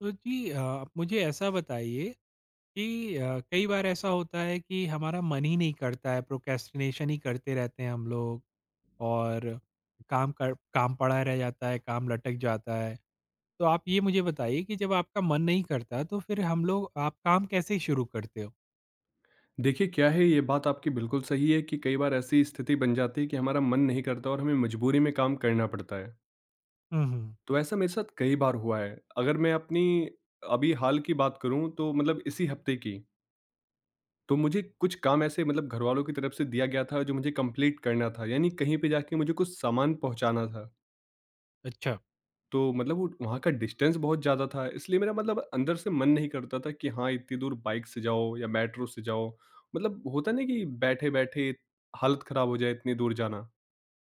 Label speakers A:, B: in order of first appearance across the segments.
A: तो जी आप मुझे ऐसा बताइए कि कई बार ऐसा होता है कि हमारा मन ही नहीं करता है, प्रोक्रेस्टिनेशन ही करते रहते हैं हम लोग। और काम पड़ा रह जाता है, काम लटक जाता है। तो आप ये मुझे बताइए कि जब आपका मन नहीं करता तो फिर हम लोग आप काम कैसे शुरू करते हो?
B: देखिए, क्या है ये बात आपकी बिल्कुल सही है कि कई बार ऐसी स्थिति बन जाती है कि हमारा मन नहीं करता और हमें मजबूरी में काम करना पड़ता है।
A: हम्म, हम्म।
B: तो ऐसा मेरे साथ कई बार हुआ है। अगर मैं अपनी अभी हाल की बात करूँ तो मतलब इसी हफ्ते की, तो मुझे कुछ काम ऐसे मतलब घरवालों की तरफ से दिया गया था जो मुझे कंप्लीट करना था, यानी कहीं पे जाके मुझे कुछ सामान पहुँचाना था।
A: अच्छा।
B: तो मतलब वो वहाँ का डिस्टेंस बहुत ज़्यादा था, इसलिए मेरा मतलब अंदर से मन नहीं करता था कि हाँ, इतनी दूर बाइक से जाओ या मेट्रो से जाओ। मतलब होता नहीं कि बैठे-बैठे हालत ख़राब हो जाए इतनी दूर जाना।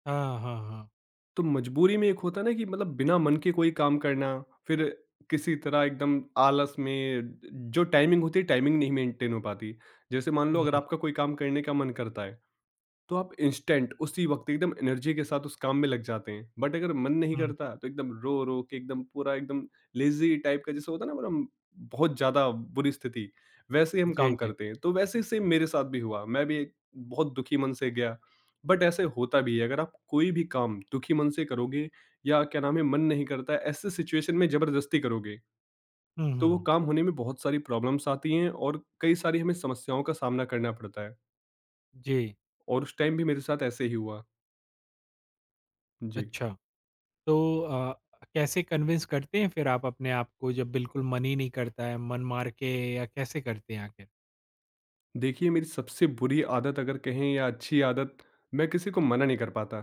A: हाँ, हाँ, हाँ।
B: तो मजबूरी में एक होता है ना कि मतलब बिना मन के कोई काम करना, फिर किसी तरह एकदम आलस में जो टाइमिंग होती है, टाइमिंग नहीं मेंटेन हो पाती। जैसे मान लो अगर
A: हम्म,
B: आपका कोई काम करने का मन करता है तो आप इंस्टेंट उसी वक्त एकदम एनर्जी के साथ उस काम में लग जाते हैं बट अगर मन नहीं
A: हम्म।
B: करता तो एकदम रो रो के एकदम पूरा एकदम लेजी टाइप का जैसे होता है ना पूरा बहुत ज्यादा बुरी स्थिति वैसे ही हम
A: जी,
B: काम
A: जी।
B: करते हैं तो वैसे सेम मेरे साथ भी हुआ। मैं भी एक बहुत दुखी मन से गया बट ऐसे होता भी है, अगर आप कोई भी काम दुखी मन से करोगे या क्या नाम है मन नहीं करता है, ऐसे सिचुएशन में जबरदस्ती करोगे
A: हम्म,
B: तो वो
A: हम्म।
B: काम होने में बहुत सारी प्रॉब्लम्स आती हैं और कई सारी हमें समस्याओं का सामना करना पड़ता है।
A: जी।
B: और उस टाइम भी मेरे साथ ऐसे ही हुआ। जी।
A: अच्छा। तो अ, कैसे कन्विंस करते हैं फिर आप अपने आप को, जब बिल्कुल मन ही नहीं करता है, मन मार के या कैसे करते हैं आखिर?
B: देखिए, मेरी सबसे बुरी आदत अगर कहें या अच्छी आदत, मैं किसी को मना नहीं कर पाता।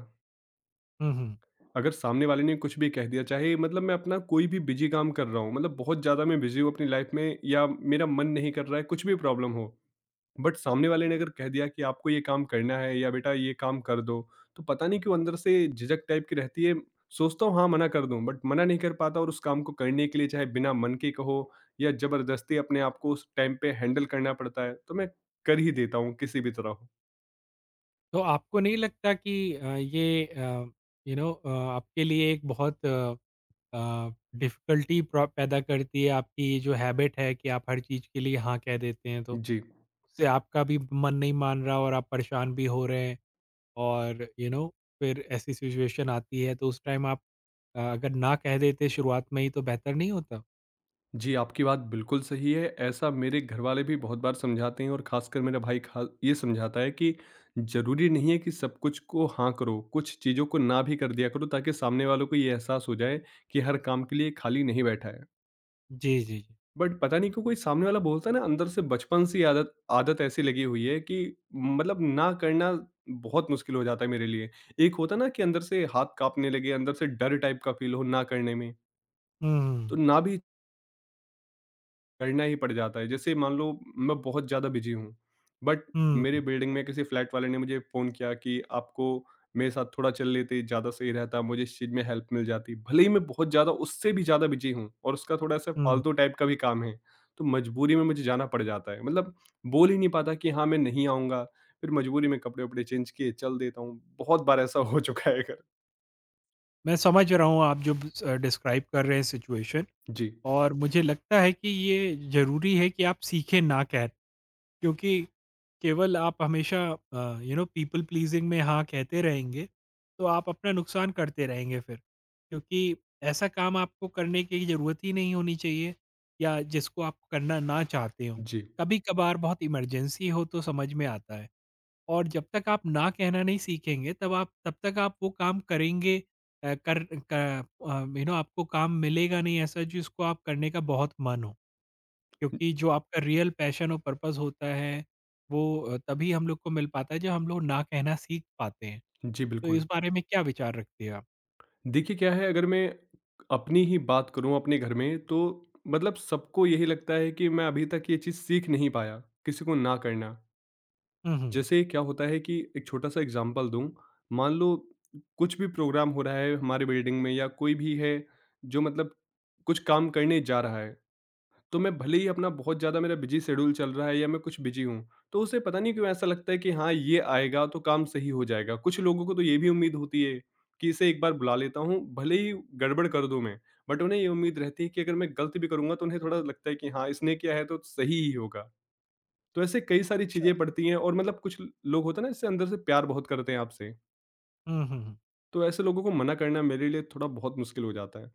A: हुँ, हुँ।
B: अगर सामने वाले ने कुछ भी कह दिया चाहे मतलब मैं अपना कोई भी बिजी काम कर रहा हूँ, मतलब बहुत ज़्यादा मैं बिजी हूँ अपनी लाइफ में या मेरा मन नहीं कर रहा है, कुछ भी प्रॉब्लम हो, बट सामने वाले ने अगर कह दिया कि आपको ये काम करना है या बेटा ये काम कर दो, तो पता नहीं क्यों अंदर से झिझक टाइप की रहती है। सोचता हूँ हाँ मना कर दूँ बट मना नहीं कर पाता और उस काम को करने के लिए चाहे बिना मन के कहो या जबरदस्ती अपने आप को उस टाइम पे हैंडल करना पड़ता है, तो मैं कर ही देता हूँ किसी भी तरह हो।
A: तो आपको नहीं लगता कि ये आपके लिए एक बहुत अ, डिफ़िकल्टी प्र पैदा करती है आपकी ये जो हैबिट है कि आप हर चीज़ के लिए हाँ कह देते हैं तो?
B: जी।
A: उससे आपका भी मन नहीं मान रहा और आप परेशान भी हो रहे हैं। और फिर ऐसी सिचुएशन आती है तो उस टाइम आप, अगर ना कह देते शुरुआत में ही तो बेहतर नहीं होता?
B: जी, आपकी बात बिल्कुल सही है। ऐसा मेरे घरवाले भी बहुत बार समझाते हैं और ख़ासकर मेरा भाई खा ये समझाता है कि ज़रूरी नहीं है कि सब कुछ को हाँ करो, कुछ चीज़ों को ना भी कर दिया करो ताकि सामने वालों को ये एहसास हो जाए कि हर काम के लिए खाली नहीं बैठा है।
A: जी, जी, जी।
B: बट पता नहीं क्यों कोई सामने वाला बोलता है ना अंदर से बचपन से ही आदत आदत ऐसी लगी हुई है कि मतलब ना करना बहुत मुश्किल हो जाता है मेरे लिए। एक होता है ना कि अंदर से हाथ काँपने लगे, अंदर से डर टाइप का फ़ील हो ना करने में, तो
A: हुँ,
B: ना भी करना ही पड़ जाता है। जैसे मान लो मैं बहुत ज़्यादा बिज़ी हूँ, बट
A: हुँ,
B: मेरे
A: हुँ,
B: बिल्डिंग में किसी फ्लैट वाले ने मुझे फ़ोन किया कि आपको मेरे साथ थोड़ा चल लेते ज़्यादा सही रहता, मुझे इस चीज़ में हेल्प मिल जाती। भले ही मैं बहुत ज़्यादा उससे भी ज़्यादा बिज़ी हूँ और उसका थोड़ा-सा
A: हुँ।
B: फालतू टाइप का भी काम है, तो मजबूरी में मुझे जाना पड़ जाता है। मतलब बोल ही नहीं पाता कि हाँ, मैं नहीं आऊँगा, फिर मजबूरी में कपड़े-वपड़े चेंज किए, चल देता हूँ। बहुत बार ऐसा हो चुका है अगर।
A: मैं समझ रहा हूँ आप जो डिस्क्राइब कर रहे हैं सिचुएशन।
B: जी,
A: और मुझे लगता है कि ये ज़रूरी है कि आप सीखें ना कह, क्योंकि केवल आप हमेशा पीपल प्लीज़िंग में हाँ कहते रहेंगे, तो आप अपना नुकसान करते रहेंगे फिर। क्योंकि ऐसा काम आपको करने की ज़रूरत ही नहीं होनी चाहिए, या जिसको आप करना ना चाहते हो।
B: जी।
A: कभी-कभार बहुत इमरजेंसी हो तो समझ में आता है। और जब तक आप ना कहना नहीं सीखेंगे तब तक आप वो काम करेंगे, अ, कर यू नो आपको काम मिलेगा नहीं ऐसा जिसको आप करने का बहुत मन हो, क्योंकि जो आपका रियल पैशन और पर्पस होता है वो तभी हम लोग को मिल पाता है जब हम लोग ना कहना सीख पाते हैं।
B: जी,
A: तो इस
B: बिल्कुल।
A: बारे में क्या विचार रखते हैं आप?
B: देखिए क्या है, अगर मैं अपनी ही बात करूँ अपने घर में तो मतलब सबको यही लगता है कि मैं अभी तक ये चीज़ सीख नहीं पाया, किसी को ना करना।
A: हम्म, हम्म।
B: जैसे क्या होता है कि एक छोटा सा एग्जांपल दूं, मान लो कुछ भी प्रोग्राम हो रहा है हमारे बिल्डिंग में या कोई भी है जो मतलब कुछ काम करने जा रहा है, तो मैं भले ही अपना बहुत ज़्यादा मेरा बिज़ी शेड्यूल चल रहा है या मैं कुछ बिज़ी हूँ, तो उसे पता नहीं क्यों ऐसा लगता है कि हाँ, ये आएगा तो काम सही हो जाएगा। कुछ लोगों को तो ये भी उम्मीद होती है कि इसे एक बार बुला लेता हूँ, भले ही गड़बड़ कर दूँ मैं, बट उन्हें ये उम्मीद रहती है कि अगर मैं गलत भी करूँगा तो उन्हें थोड़ा लगता है कि हाँ, इसने किया है तो सही ही होगा। तो ऐसे कई सारी
A: अच्छा।
B: चीज़ें पड़ती हैं और मतलब कुछ लोग होते हैं ना इससे अंदर से प्यार बहुत करते हैं आपसे,
A: हम्म, हम्म।
B: तो ऐसे लोगों को मना करना मेरे लिए थोड़ा बहुत मुश्किल हो जाता है।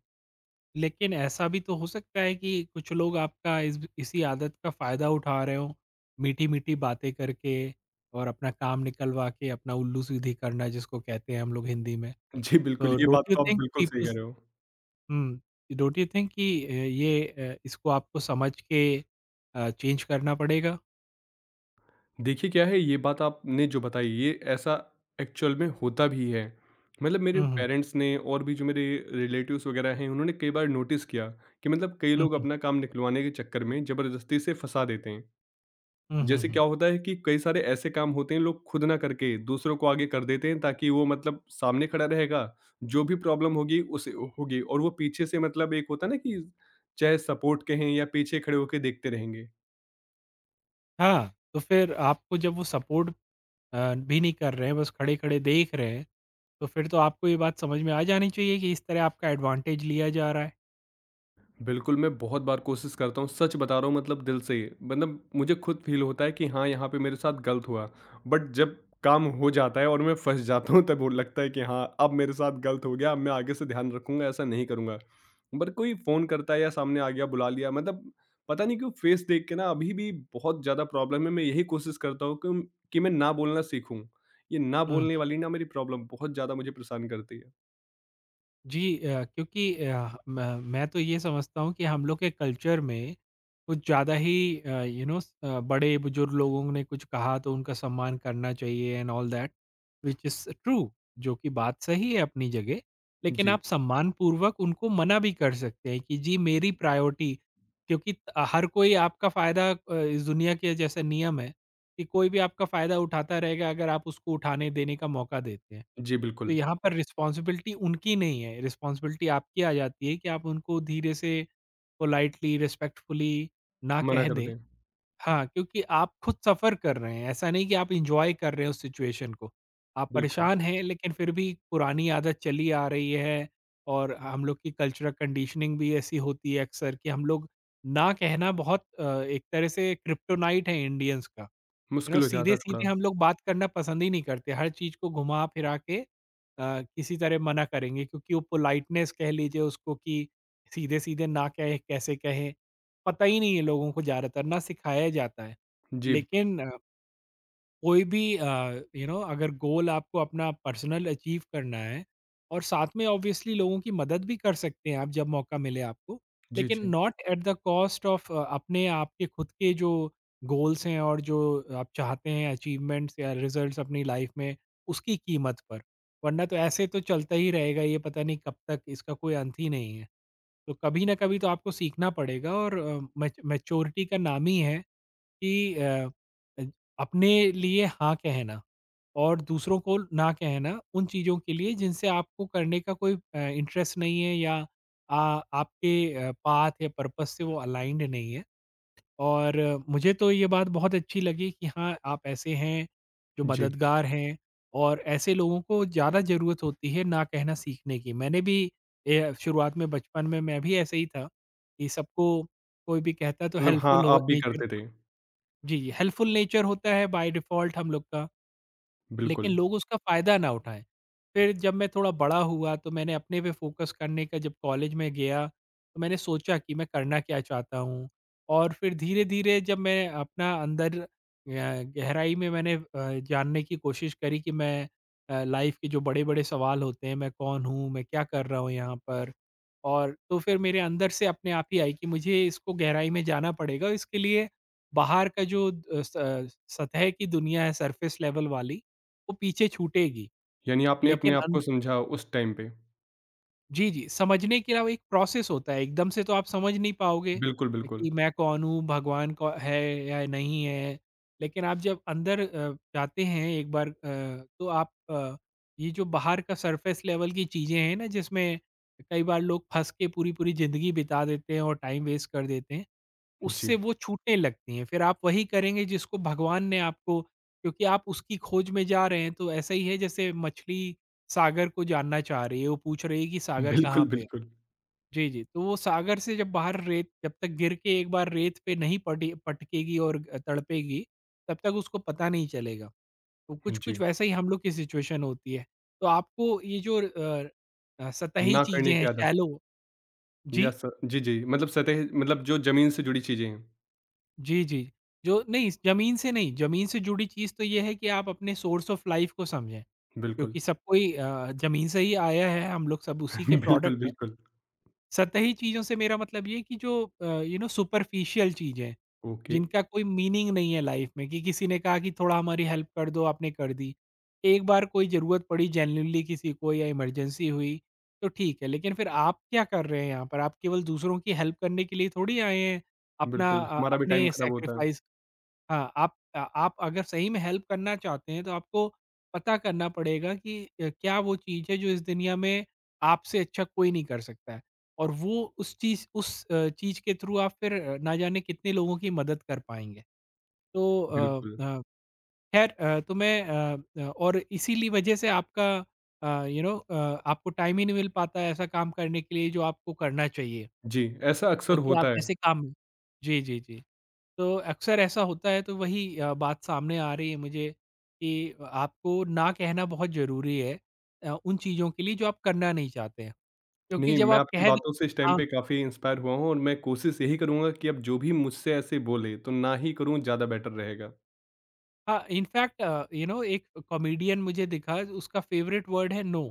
A: लेकिन ऐसा भी तो हो सकता है कि कुछ लोग आपका इस इसी आदत का फ़ायदा उठा रहे हों, मीठी-मीठी बातें करके, और अपना काम निकलवा के अपना उल्लू सीधी करना जिसको कहते हैं हम लोग हिंदी में।
B: जी, बिल्कुल,
A: तो
B: ये बात तो आप बिल्कुल सही कह रहे हो।
A: हुँ, डोंट यू थिंक कि ये इसको आपको समझ के चेंज करना पड़ेगा?
B: देखिए क्या है, ये बात आपने जो बताई ये ऐसा एक्चुअल में होता भी है। मतलब मेरे
A: हुँ, हुँ।
B: पेरेंट्स ने और भी जो मेरे रिलेटिव्स वगैरह हैं उन्होंने कई बार नोटिस किया कि मतलब कई
A: हुँ,
B: लोग
A: हुँ।
B: अपना काम निकलवाने के चक्कर में ज़बरदस्ती से फँसा देते हैं।
A: हुँ, हुँ,
B: जैसे
A: हुँ।
B: क्या होता है कि कई सारे ऐसे काम होते हैं, लोग खुद ना करके दूसरों को आगे कर देते हैं ताकि वो मतलब सामने खड़ा रहेगा, जो भी प्रॉब्लम होगी उसे होगी और वो पीछे से मतलब एक होता है ना कि चाहे सपोर्ट के हैं या पीछे खड़े होके देखते रहेंगे।
A: हाँ, तो फिर आपको जब वो सपोर्ट भी नहीं कर रहे हैं, बस खड़े-खड़े देख रहे हैं, तो फिर तो आपको ये बात समझ में आ जानी चाहिए कि इस तरह आपका एडवांटेज लिया जा रहा है।
B: बिल्कुल, मैं बहुत बार कोशिश करता हूँ, सच बता रहा हूँ मतलब दिल से, मतलब मुझे खुद फ़ील होता है कि हाँ, यहाँ पे मेरे साथ गलत हुआ। बट जब काम हो जाता है और मैं फँस जाता हूँ तब वो लगता है कि हाँ, अब मेरे साथ गलत हो गया, अब मैं आगे से ध्यान रखूँगा, ऐसा नहीं करूँगा। बट कोई फ़ोन करता है या सामने आ गया, बुला लिया, मतलब पता नहीं क्यों फ़ेस देख के ना अभी भी बहुत ज़्यादा प्रॉब्लम है। मैं यही कोशिश करता हूँ कि मैं ना बोलना सीखूँ। ये ना
A: हुँ,
B: बोलने वाली ना मेरी प्रॉब्लम बहुत ज़्यादा मुझे परेशान करती है।
A: जी। क्योंकि अ, म मैं तो ये समझता हूँ कि हम लोग के कल्चर में कुछ ज़्यादा ही बड़े-बुजुर्ग लोगों ने कुछ कहा तो उनका सम्मान करना चाहिए and all that, which is true, जो कि बात सही है अपनी जगह। लेकिन
B: जी।
A: आप सम्मानपूर्वक उनको मना भी कर सकते हैं कि जी मेरी प्रायोरिटी। क्योंकि त हर कोई आपका फ़ायदा, इस दुनिया के जैसे नियम है कि कोई भी आपका फ़ायदा उठाता रहेगा अगर आप उसको उठाने देने का मौका देते हैं।
B: जी,
A: तो
B: बिल्कुल।
A: यहाँ पर रिस्पॉन्सिबिलिटी उनकी नहीं है, रिस्पॉन्सिबिलिटी आपकी आ जाती है कि आप उनको धीरे से, पोलाइटली, रिस्पेक्टफुली ना
B: मना
A: कह
B: कर
A: दें।
B: दें।
A: हाँ, क्योंकि आप खुद सफ़र कर रहे हैं, ऐसा नहीं कि आप एन्जॉय कर रहे हैं उस सिचुएशन को। आप
B: बिल्कुल।
A: परेशान हैं लेकिन फिर भी पुरानी आदत चली आ रही है। और हम लोग की कल्चरल कंडीशनिंग भी ऐसी होती है अक्सर कि हम लोग ना कहना बहुत, एक तरह से क्रिप्टोनाइट है इंडियंस का।
B: मुश्किल हो जाता है थोड़ा।
A: सीधे-सीधे हम लोग बात करना पसंद ही नहीं करते। हर चीज़ को घुमा फिरा के अ, किसी तरह मना करेंगे, क्योंकि वो पोलाइटनेस कह लीजिए उसको, कि सीधे-सीधे ना कहे कैसे कहें, पता ही नहीं है लोगों को, ज़्यादातर ना सिखाया जाता है।
B: जी,
A: लेकिन कोई भी अगर गोल आपको अपना पर्सनल अचीव करना है, और साथ में ऑब्वियसली लोगों की मदद भी कर सकते हैं आप जब मौका मिले आपको,
B: जी,
A: लेकिन
B: जी।
A: Not at the cost of अपने आपके खुद के जो गोल्स हैं, और जो आप चाहते हैं अचीवमेंट्स या रिजल्ट्स अपनी लाइफ में, उसकी कीमत पर। वरना तो ऐसे तो चलता ही रहेगा ये, पता नहीं कब तक, इसका कोई अंत ही नहीं है। तो कभी ना कभी तो आपको सीखना पड़ेगा। और मैच्योरिटी का नाम ही है कि अ, अपने लिए हाँ कहना, और दूसरों को ना कहना उन चीज़ों के लिए जिनसे आपको करने का कोई इंटरेस्ट नहीं है या आपके पाथ या पर्पस से वो अलाइंड नहीं है। और मुझे तो ये बात बहुत अच्छी लगी कि हाँ आप ऐसे हैं जो
B: जी,
A: मददगार हैं, और ऐसे लोगों को ज़्यादा ज़रूरत होती है ना कहना सीखने की। मैंने भी शुरुआत में, बचपन में मैं भी ऐसे ही था कि सबको कोई भी कहता तो
B: मतलब हाँ,
A: हेल्पफुल हो
B: आप भी
A: नेचर।
B: करते थे।
A: जी, जी, हेल्पफुल नेचर होता है बाय डिफ़ॉल्ट हम लोग का। लेकिन
B: बिल्कुल,
A: लोग उसका फ़ायदा ना उठाएँ। फिर जब मैं थोड़ा बड़ा हुआ तो मैंने अपने पे फ़ोकस करने का, जब कॉलेज में गया, तो मैंने सोचा कि मैं करना क्या चाहता हूँ? और फिर धीरे-धीरे जब मैं अपना अंदर, गहराई में मैंने जानने की कोशिश करी कि मैं, लाइफ़ के जो बड़े-बड़े सवाल होते हैं, मैं कौन हूँ? मैं क्या कर रहा हूँ यहाँ पर? और तो फिर मेरे अंदर से अपने आप ही आई कि मुझे इसको गहराई में जाना पड़ेगा। इसके लिए बाहर का जो सतह की दुनिया है, सरफ़ेस लेवल वाली, वो पीछे छूटेगी।
B: यानी आपने अपने
A: लेकिन
B: आप को
A: अंद
B: समझा उस टाइम पे।
A: जी, जी, समझने के अलावा एक प्रोसेस होता है, एकदम से तो आप समझ नहीं पाओगे
B: बिल्कुल, बिल्कुल।
A: कि मैं कौन हूँ, भगवान कौ है या नहीं है। लेकिन आप जब अंदर जाते हैं एक बार, तो आप ये जो बाहर का सरफेस लेवल की चीज़ें हैं ना, जिसमें कई बार लोग फँस के पूरी-पूरी ज़िंदगी बिता देते हैं और टाइम वेस्ट कर देते हैं,
B: जी,
A: उससे वो छूटने लगती हैं। फिर आप वही करेंगे जिसको भगवान ने आपको, क्योंकि आप उसकी खोज में जा रहे हैं तो ऐसा ही है जैसे मछली सागर को जानना चाह रही है, वो पूछ रही है कि सागर कहाँ
B: बिल्कुल,
A: पे है?
B: बिल्कुल।
A: जी, जी। तो वो सागर से जब बाहर रेत, जब तक गिर के एक बार रेत पे नहीं पटी पटकेगी और तड़पेगी, तब तक उसको पता नहीं चलेगा। तो कुछ-कुछ
B: जी,
A: वैसा ही हम लोग की सिचुएशन होती है। तो आपको ये जो सतही
B: ना
A: चीज़ें
B: करने
A: हैं,
B: की आदत
A: शैलो।
B: या
A: जी?
B: स जी, जी, मतलब सतह मतलब जो ज़मीन से जुड़ी चीज़ें हैं।
A: जी, जी। जो नहीं ज़मीन से नहीं, ज़मीन से जुड़ी चीज़ तो ये है कि आप अपने सोर्स ऑफ लाइफ़ को समझें,
B: बिल्कुल,
A: क्योंकि सब कोई ज़मीन से ही आया है, हम लोग सब उसी के प्रोडक्ट
B: बिल्कुल,
A: हैं।
B: बिल्कुल।
A: सतही चीज़ों से मेरा मतलब ये है कि जो सुपरफिशियल चीज़ें,
B: ओके,
A: जिनका कोई मीनिंग नहीं है लाइफ़ में, कि किसी ने कहा कि थोड़ा हमारी हेल्प कर दो, आपने कर दी। एक बार कोई ज़रूरत पड़ी जेन्युइनली किसी को या इमरजेंसी हुई, तो ठीक है, लेकिन फिर आप क्या कर रहे हैं यहाँ पर? आप केवल दूसरों की हेल्प करने के लिए थोड़ी आए हैं,
B: बिल्कुल, हमारा भी टाइम
A: अपने
B: खराब होता है।
A: सैक्रिफ़ाइस। हाँ, आप अगर सही में हेल्प करना चाहते हैं तो आपको पता करना पड़ेगा कि क्या वो चीज़ है जो इस दुनिया में आपसे अच्छा कोई नहीं कर सकता है, और वो उस चीज़ उस अ, चीज़ के थ्रू आप फिर ना जाने कितने लोगों की मदद कर पाएँगे। तो
B: बिल्कुल।
A: खैर, तो और इसीलिए वजह से आपका अ, यू नो अ, आपको टाइम ही नहीं मिल पाता है ऐसा काम करने के लिए जो आपको करना चाहिए,
B: जी, ऐसा अक्सर
A: क्योंकि आप
B: होता है।
A: ऐसे काम— जी, जी, जी। तो अक्सर ऐसा होता है, तो वही बात सामने आ रही है मुझे कि आपको ना कहना बहुत ज़रूरी है उन चीज़ों के लिए जो आप करना नहीं चाहते हैं, क्योंकि
B: नहीं,
A: जब
B: मैं
A: आप
B: आपकी
A: कह दें।
B: बातों से इस टाइम
A: हाँ,
B: पे काफ़ी इंस्पायर हुआ हूँ और मैं कोशिश यही करूँगा कि अब जो भी मुझसे ऐसे बोले, तो ना ही करूँ, ज़्यादा बेटर रहेगा।
A: हाँ इनफैक्ट एक कॉमेडियन मुझे दिखा, उसका फ़ेवरेट वर्ड है नो।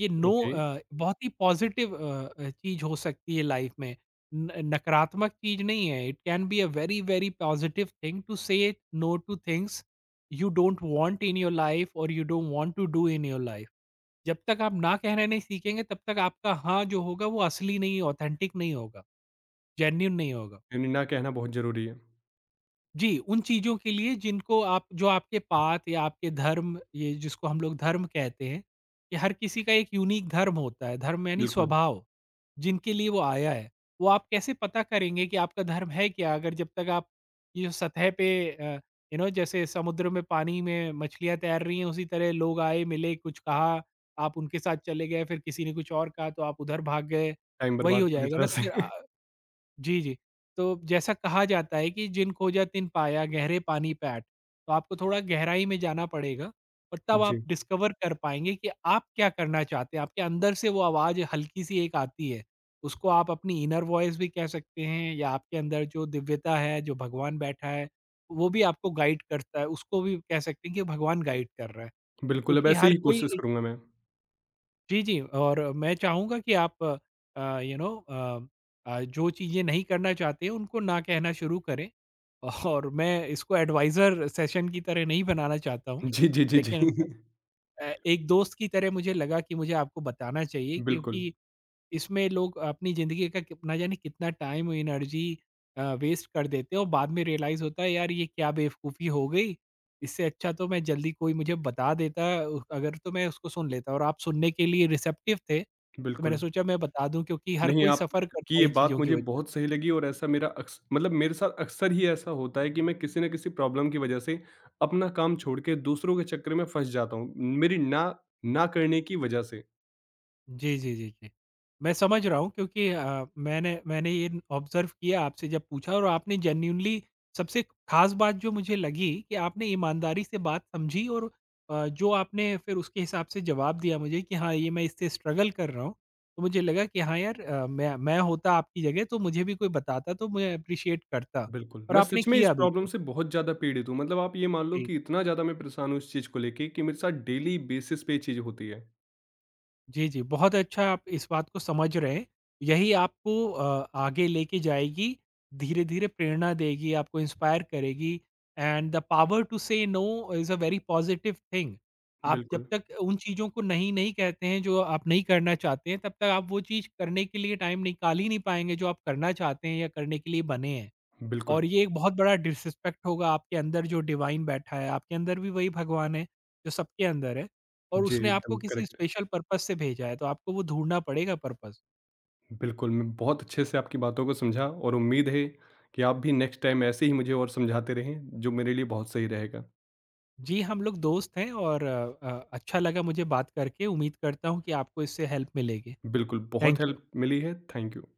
A: ये नो
B: ओके,
A: बहुत ही पॉज़िटिव चीज़ हो सकती है लाइफ़ में। न नकारात्मक चीज़ नहीं है। It can be a very, very positive thing to say no to things you don't want in your life और you don't want to do in your life. जब तक आप ना कहना नहीं सीखेंगे, तब तक आपका हाँ जो होगा वो असली नहीं, ऑथेंटिक नहीं होगा, जेन्युइन नहीं होगा।
B: यानी ना कहना बहुत ज़रूरी है।
A: जी, उन चीज़ों के लिए जिनको आप, जो आपके पात या आपके धर्म, ये जिसको हम लोग धर्म कहते हैं, कि हर किसी का एक यूनिक धर्म होता है, धर्म यानी
B: बिल्कुल,
A: स्वभाव, जिनके लिए वो आया है। वो आप कैसे पता करेंगे कि आपका धर्म है क्या? अगर जब तक आप ये जो सतह पे, जैसे समुद्र में, पानी में मछलियाँ तैर रही हैं, उसी तरह लोग आए, मिले, कुछ कहा, आप उनके साथ चले गए, फिर किसी ने कुछ और कहा तो आप उधर भाग गए,
B: टाइम
A: वही
B: बर्बाद
A: हो
B: पूरी
A: जाएगा ना
B: तरह
A: तो
B: से।
A: फिर जी, जी। तो जैसा कहा जाता है कि "जिन खोजा तिन पाया, गहरे पानी पैठ", तो आपको थोड़ा गहराई में जाना पड़ेगा और तब आप
B: जी,
A: डिस्कवर कर पाएँगे कि आप क्या करना चाहते हैं। आपके अंदर से वो आवाज़ हल्की-सी एक आती है, उसको आप अपनी इनर वॉइस भी कह सकते हैं, या आपके अंदर जो दिव्यता है, जो भगवान बैठा है, वो भी आपको गाइड करता है। उसको भी कह सकते हैं कि भगवान गाइड कर रहा है,
B: बिल्कुल, अब
A: क्योंकि
B: ऐसे
A: हर
B: ही
A: कोई—
B: कोशिश करूँगा मैं।
A: जी, जी। और मैं चाहूँगा कि आप जो चीज़ें नहीं करना चाहते उनको ना कहना शुरू करें। और मैं इसको एडवाइज़र सेशन की तरह नहीं बनाना चाहता हूँ।
B: जी, जी, जी, जी।
A: लेकिन एक दोस्त की तरह मुझे लगा कि मुझे आपको बताना चाहिए,
B: बिल्कुल,
A: क्योंकि इसमें लोग अपनी ज़िंदगी का कित ना जाने कितना टाइम और एनर्जी वेस्ट कर देते हैं और बाद में रियलाइज़ होता है, यार ये क्या बेवकूफ़ी हो गई, इससे अच्छा तो मैं जल्दी, कोई मुझे बता देता अगर, तो मैं उसको सुन लेता, और आप सुनने के लिए रिसेप्टिव थे, तो मैंने
B: बिल्कुल।
A: सोचा मैं बता दूँ क्योंकि हर
B: नहीं,
A: कोई सफ़र
B: आपकी
A: करता है
B: ये
A: इन
B: बात
A: चीज़ों की
B: मुझे
A: वजह।
B: बहुत सही लगी और ऐसा मेरा अक्स मतलब मेरे साथ अक्सर ही ऐसा होता है कि मैं किसी न किसी प्रॉब्लम की वजह से अपना काम छोड़ के दूसरों के चक्कर में फँस जाता हूँ, मेरी ना ना करने की वजह से।
A: जी, जी, जी, जी। मैं समझ रहा हूँ, क्योंकि मैंने मैंने ये ऑब्ज़र्व किया आपसे जब पूछा, और आपने जेन्युइनली, सबसे ख़ास बात जो मुझे लगी कि आपने ईमानदारी से बात समझी, और जो आपने फिर उसके हिसाब से जवाब दिया मुझे कि हाँ, ये मैं इससे स्ट्रगल कर रहा हूँ। तो मुझे लगा कि हाँ यार, मैं होता आपकी जगह तो मुझे भी कोई बताता तो मैं एप्रिशिएट करता,
B: बिल्कुल,
A: और
B: मैं
A: आपने
B: सच में इस
A: किया भी
B: प्रॉब्लम
A: तो।
B: से बहुत ज़्यादा पीड़ित हूँ। मतलब आप ये मान लो
A: जी।
B: कि इतना ज़्यादा मैं परेशान हूँ इस चीज़ को लेके कि मेरे साथ डेली बेसिस पे ये चीज़ होती है।
A: जी, जी। बहुत अच्छा आप इस बात को समझ रहे हैं। यही आपको आगे लेके जाएगी, धीरे-धीरे प्रेरणा देगी, आपको इंस्पायर करेगी। And the power to say no is a very positive thing. आप जब
B: बिल्कुल,
A: तक उन चीज़ों को नहीं, नहीं कहते हैं जो आप नहीं करना चाहते हैं, तब तक आप वो चीज़ करने के लिए टाइम निकाल ही नहीं पाएँगे जो आप करना चाहते हैं या करने के लिए बने हैं। और
B: बिल्कुल।
A: ये एक बहुत बड़ा डिसरिस्पेक्ट होगा आपके अंदर जो डिवाइन बैठा है, आपके अंदर भी वही भगवान है जो सबके अंदर है, और
B: जी,
A: उसने आपको
B: एकदम
A: किसी
B: करेक्ट।
A: स्पेशल पर्पज़ से भेजा है, तो आपको वो ढूँढना पड़ेगा पर्पज़।
B: बिल्कुल, मैं बहुत अच्छे से आपकी बातों को समझा और उम्मीद है कि आप भी नेक्स्ट टाइम ऐसे ही मुझे और समझाते रहें, जो मेरे लिए बहुत सही रहेगा।
A: जी, हम लोग दोस्त हैं और अच्छा लगा मुझे बात करके, उम्मीद करता हूँ कि आपको इससे हेल्प मिलेगी।
B: बिल्कुल, बहुत
A: थैंक यू।
B: हेल्प मिली है। Thank you.